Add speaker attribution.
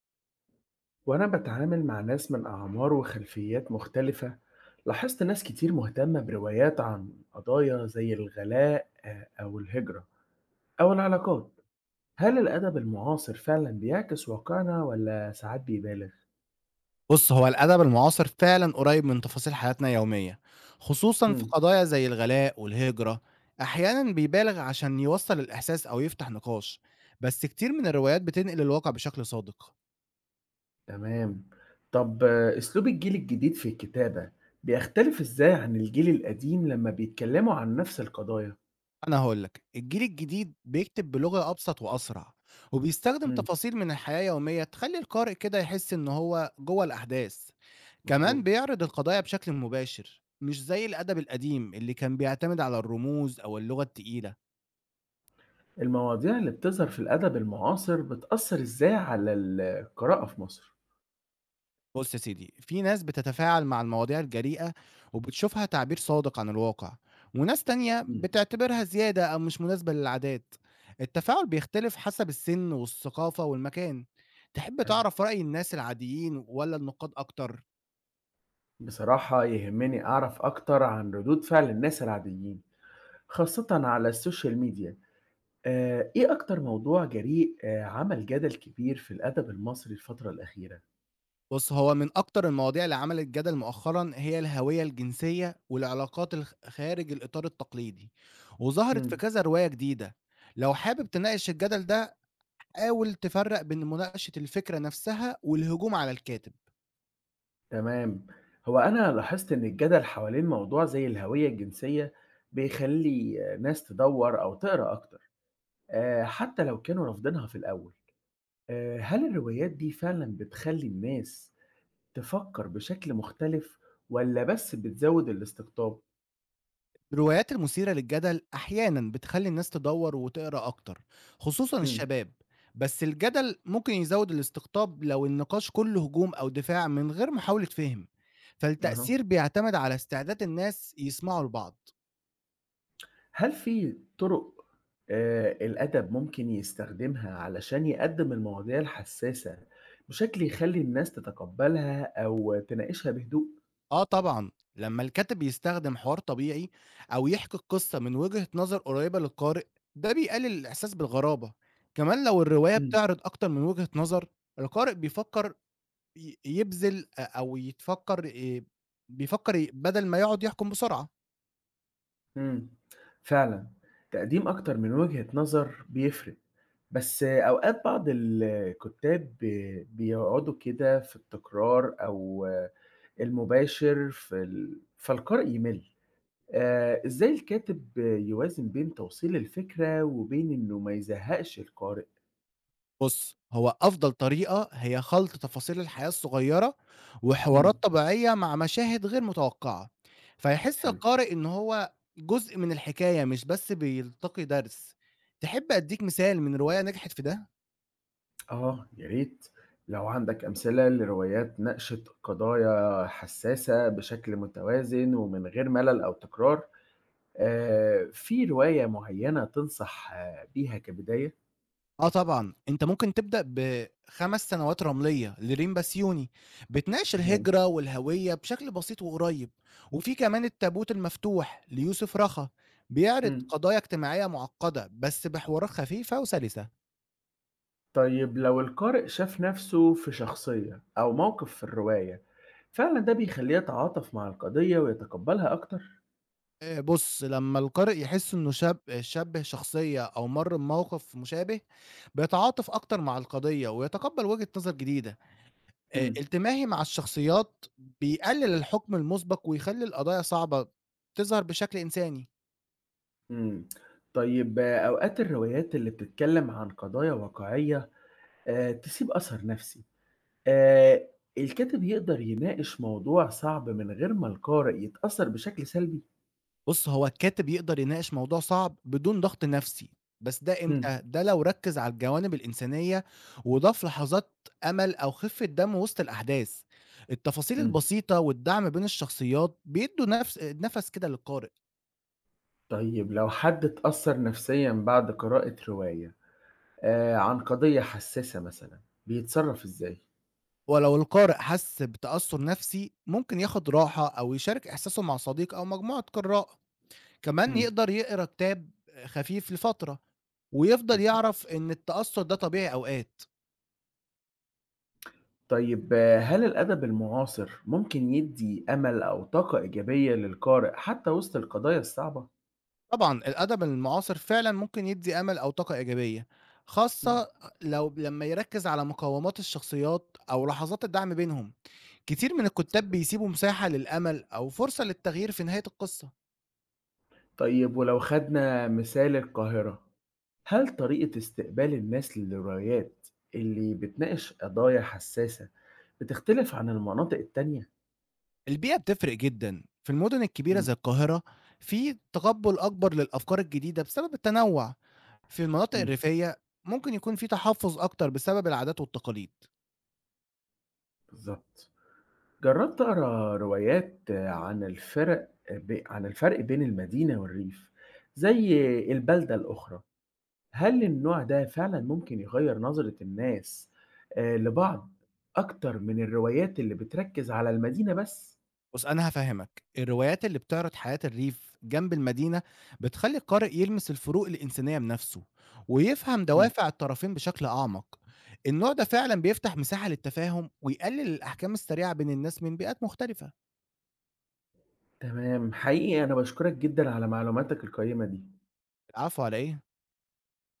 Speaker 1: وأنا بتعامل مع ناس من أعمار وخلفيات مختلفة. لاحظت ناس كتير مهتمة بروايات عن قضايا زي الغلاء، أو الهجرة أو العلاقات. هل الأدب المعاصر فعلا بيعكس واقعنا ولا ساعات بيبالغ؟
Speaker 2: بُص، هو الأدب المعاصر فعلًا قريب من تفاصيل حياتنا اليومية، خصوصًا في
Speaker 1: هم.
Speaker 2: قضايا زي الغلاء والهجرة، أحيانًا بيبالغ عشان يوصّل الإحساس أو يفتح نقاش، بس كتير من الروايات بتنقل الواقع بشكل صادق.
Speaker 1: تمام. طب أسلوب الجيل الجديد في الكتابة بيختلف إزاي عن الجيل القديم لما بيتكلموا عن نفس القضايا؟
Speaker 2: أنا هاقول لك، الجيل الجديد بيكتب بلغة أبسط وأسرع، وبيستخدم
Speaker 1: هم.
Speaker 2: تفاصيل من الحياة اليومية تخلّي القارئ كده يحس إن هو جوّه الأحداث، كمان
Speaker 1: مظبوط.
Speaker 2: بيعرض القضايا بشكل مباشر، مش زي الأدب القديم اللي كان بيعتمد على الرموز أو اللغة التقيلة.
Speaker 1: المواضيع اللي بتظهر في الأدب المعاصر بتأثر إزاي على القراءة في مصر؟
Speaker 2: بُص يا سيدي، في ناس بتتفاعل مع المواضيع الجريئة وبتشوفها تعبير صادق عن الواقع، وناس تانية
Speaker 1: مم.
Speaker 2: بتعتبرها زيادة أو مش مناسبة للعادات. التفاعل بيختلف حسب السن والثقافة والمكان. تحب
Speaker 1: حلو.
Speaker 2: تعرف رأي الناس العاديين ولا النقاد أكتر؟
Speaker 1: بصراحة يهمني أعرف أكتر عن ردود فعل الناس العاديين، خاصة على السوشيال ميديا. إيه أكتر موضوع جريء عمل جدل كبير في الأدب المصري الفترة الأخيرة؟
Speaker 2: بُص، هو من أكتر المواضيع اللي عملت جدل مؤخرًا هي الهوية الجنسية والعلاقات خارج الإطار التقليدي، وظهرت في
Speaker 1: مم.
Speaker 2: كذا رواية جديدة. لو حابب تناقش الجدل ده حاول تفرق بين مناقشة الفكرة نفسها والهجوم على الكاتب.
Speaker 1: تمام. أنا لاحظت إن الجدل حوالين موضوع زي الهوية الجنسية بيخلي ناس تدور أو تقرأ أكتر، حتى لو كانوا رافضينها في الأول. هل الروايات دي فعلا بتخلي الناس تفكر بشكل مختلف ولا بس بتزود الاستقطاب؟
Speaker 2: الروايات المثيرة للجدل أحيانا بتخلي الناس تدور وتقرأ أكتر، خصوصا
Speaker 1: إمم،
Speaker 2: الشباب، بس الجدل ممكن يزود الاستقطاب لو النقاش كله هجوم أو دفاع من غير محاولة فهم،
Speaker 1: أها.
Speaker 2: فالتأثير بيعتمد على استعداد الناس يسمعوا لبعض.
Speaker 1: هل في طُرق الأدب ممكن يستخدمها علشان يقدّم المواضيع الحسّاسة بشكل يخلّي الناس تتقبّلها أو تناقشها بهدوء؟
Speaker 2: آه طبعًا، لمّا الكاتب يستخدم حوار طبيعي أو يحكي القصة من وجهة نظر قريبة للقارئ، ده بيقلل الإحساس بالغرابة، كمان لو الرواية
Speaker 1: إمم.
Speaker 2: بتعرض أكتر من وجهة نظر، القارئ بيفكر ي يبذل أ أو يتفكر بيفكر ي بدل ما يقعد يحكم بسرعة.
Speaker 1: إمم، فعلًا، تقديم أكتر من وجهة نظر بيفرق، بس أوقات بعض الكُتّاب بيقعدوا كده في التكرار أو المباشر في فالقارئ يِمِل. إزاي الكاتب يوازن بين توصيل الفكرة وبين إنه ما يزهّقش القارئ؟
Speaker 2: بُص، هو أفضل طريقة هي خلْط تفاصيل الحياة الصغيّرة،
Speaker 1: إمم.
Speaker 2: وحوارات طبيعية مع مشاهد غير متوقعة، فيحس
Speaker 1: حلو.
Speaker 2: القارئ إن هو جزء من الحكاية مش بس بيلتقي درس. تحب أدّيك مثال من رواية نجحت في ده؟
Speaker 1: يا ريت، لو عندك أمثلة لروايات ناقشت قضايا حساسة بشكل متوازن ومن غير ملل أو تكرار، في رواية معيّنة تنصح بيها كبداية؟
Speaker 2: آه طبعًا، أنت ممكن تبدأ ب5 سنوات رملية لريم بسيوني، بتناقش
Speaker 1: تمام.
Speaker 2: الهجرة والهوية بشكل بسيط وقريّب، وفي كمان التابوت المفتوح ليوسف رخا، بيعرض
Speaker 1: إمم.
Speaker 2: قضايا اجتماعية معقدة بس بحوارات خفيفة وسلسة.
Speaker 1: طيب لو القارئ شاف نَفْسه في شخصية أو موقف في الرواية، فعلًا ده بيخلّيه يتعاطف مع القضية ويتقبّلها أكتر؟
Speaker 2: بُص، لمّا القارئ يحس إنه شَبِّه شخصية أو مَر بموقف مشابه، بيتعاطف أكتر مع القضية ويتقبّل وجهة نظر جديدة.
Speaker 1: إمم.
Speaker 2: التماهي مع الشخصيات بيقلل الحكم المُسبق ويخلّي القضايا صعبة تظهر بشكل إنساني.
Speaker 1: إمم. طيب أوقات الروايات اللي بتتكلّم عن قضايا واقعية تسيب أثر نَفْسي. آآ الكاتب يقدر يناقش موضوع صعب من غير ما القارئ يتأثّر بشكل سلبي؟
Speaker 2: بُص، هو الكاتب يقدر يناقش موضوع صعب بدون ضغط نفسي، بس ده
Speaker 1: إمم،
Speaker 2: إمتى؟ ده لو ركّز على الجوانب الإنسانية وضاف لحظات أمل أو خفة دم وسط الأحداث. التفاصيل
Speaker 1: إمم.
Speaker 2: البسيطة والدعم بين الشخصيات بيدّوا نفس نَفَس كده للقارئ،
Speaker 1: طيب لو حد اتأثّر نَفْسيًا بعد قراءة رواية عن قضية حسّاسة مثلًا، بيتصرّف إزاي؟
Speaker 2: ولو القارئ حَس بتأثُّر نفسي ممكن ياخد راحة أو يشارك إحساسه مع صديق أو مجموعة قراء. كمان
Speaker 1: إمم،
Speaker 2: يقدر يقرا كتاب خفيف لفترة ويفضل
Speaker 1: مضبوط.
Speaker 2: يعرف إن التأثُّر ده طبيعي أوقات.
Speaker 1: طيب هل الأدب المعاصر ممكن يدّي أمل أو طاقة إيجابية للقارئ حتّى وسط القضايا الصعبة؟
Speaker 2: طبعًا الأدب المعاصر فعلًا ممكن يدّي أمل أو طاقة إيجابية،
Speaker 1: إمم.
Speaker 2: خاصة لو لمّا يركّز على مقاومات الشخصيات أو لحظات الدعم بينهم، كتير من الكُتّاب بيسيبوا مساحة للأمل أو فرصة للتغيير في نهاية القصة.
Speaker 1: طيب ولو خدنا مثال القاهرة، هل طريقة استقبال الناس للروايات اللي بتناقش قضايا حساسة بتختلف عن المناطق التانية؟
Speaker 2: البيئة بتفرق جدًا، في المدن الكبيرة
Speaker 1: إمم،
Speaker 2: زي القاهرة في تقبُّل أكبر للأفكار الجديدة بسبب التنوُّع، في المناطق
Speaker 1: إمم،
Speaker 2: الريفية ممكن يكون في تحفُّظ أكتر بسبب العادات والتقاليد.
Speaker 1: بالضبط. جرّبت أقرا روايات عن الفرق بين المدينة والريف، زي البلدة الأخرى. هل النوع ده فعلًا ممكن يغيّر نظرة الناس لبعض أكتر من الروايات اللي بتركز على المدينة بس؟
Speaker 2: بُص، أنا هافهّمك، الروايات اللي بتعرض حياة الريف جنب المدينة بتخلّي القارئ يلمس الفروق الإنسانية بنفسه، ويفهم
Speaker 1: إمم.
Speaker 2: دوافع الطرفين بشكل أعمق. النوع ده فعلًا بيفتح مساحة للتفاهم ويقلل الأحكام السريعة بين الناس من بيئات مختلفة.
Speaker 1: تمام، حقيقي أنا باشكرك جدًا على معلوماتك القيّمة دي.
Speaker 2: العفو على إيه؟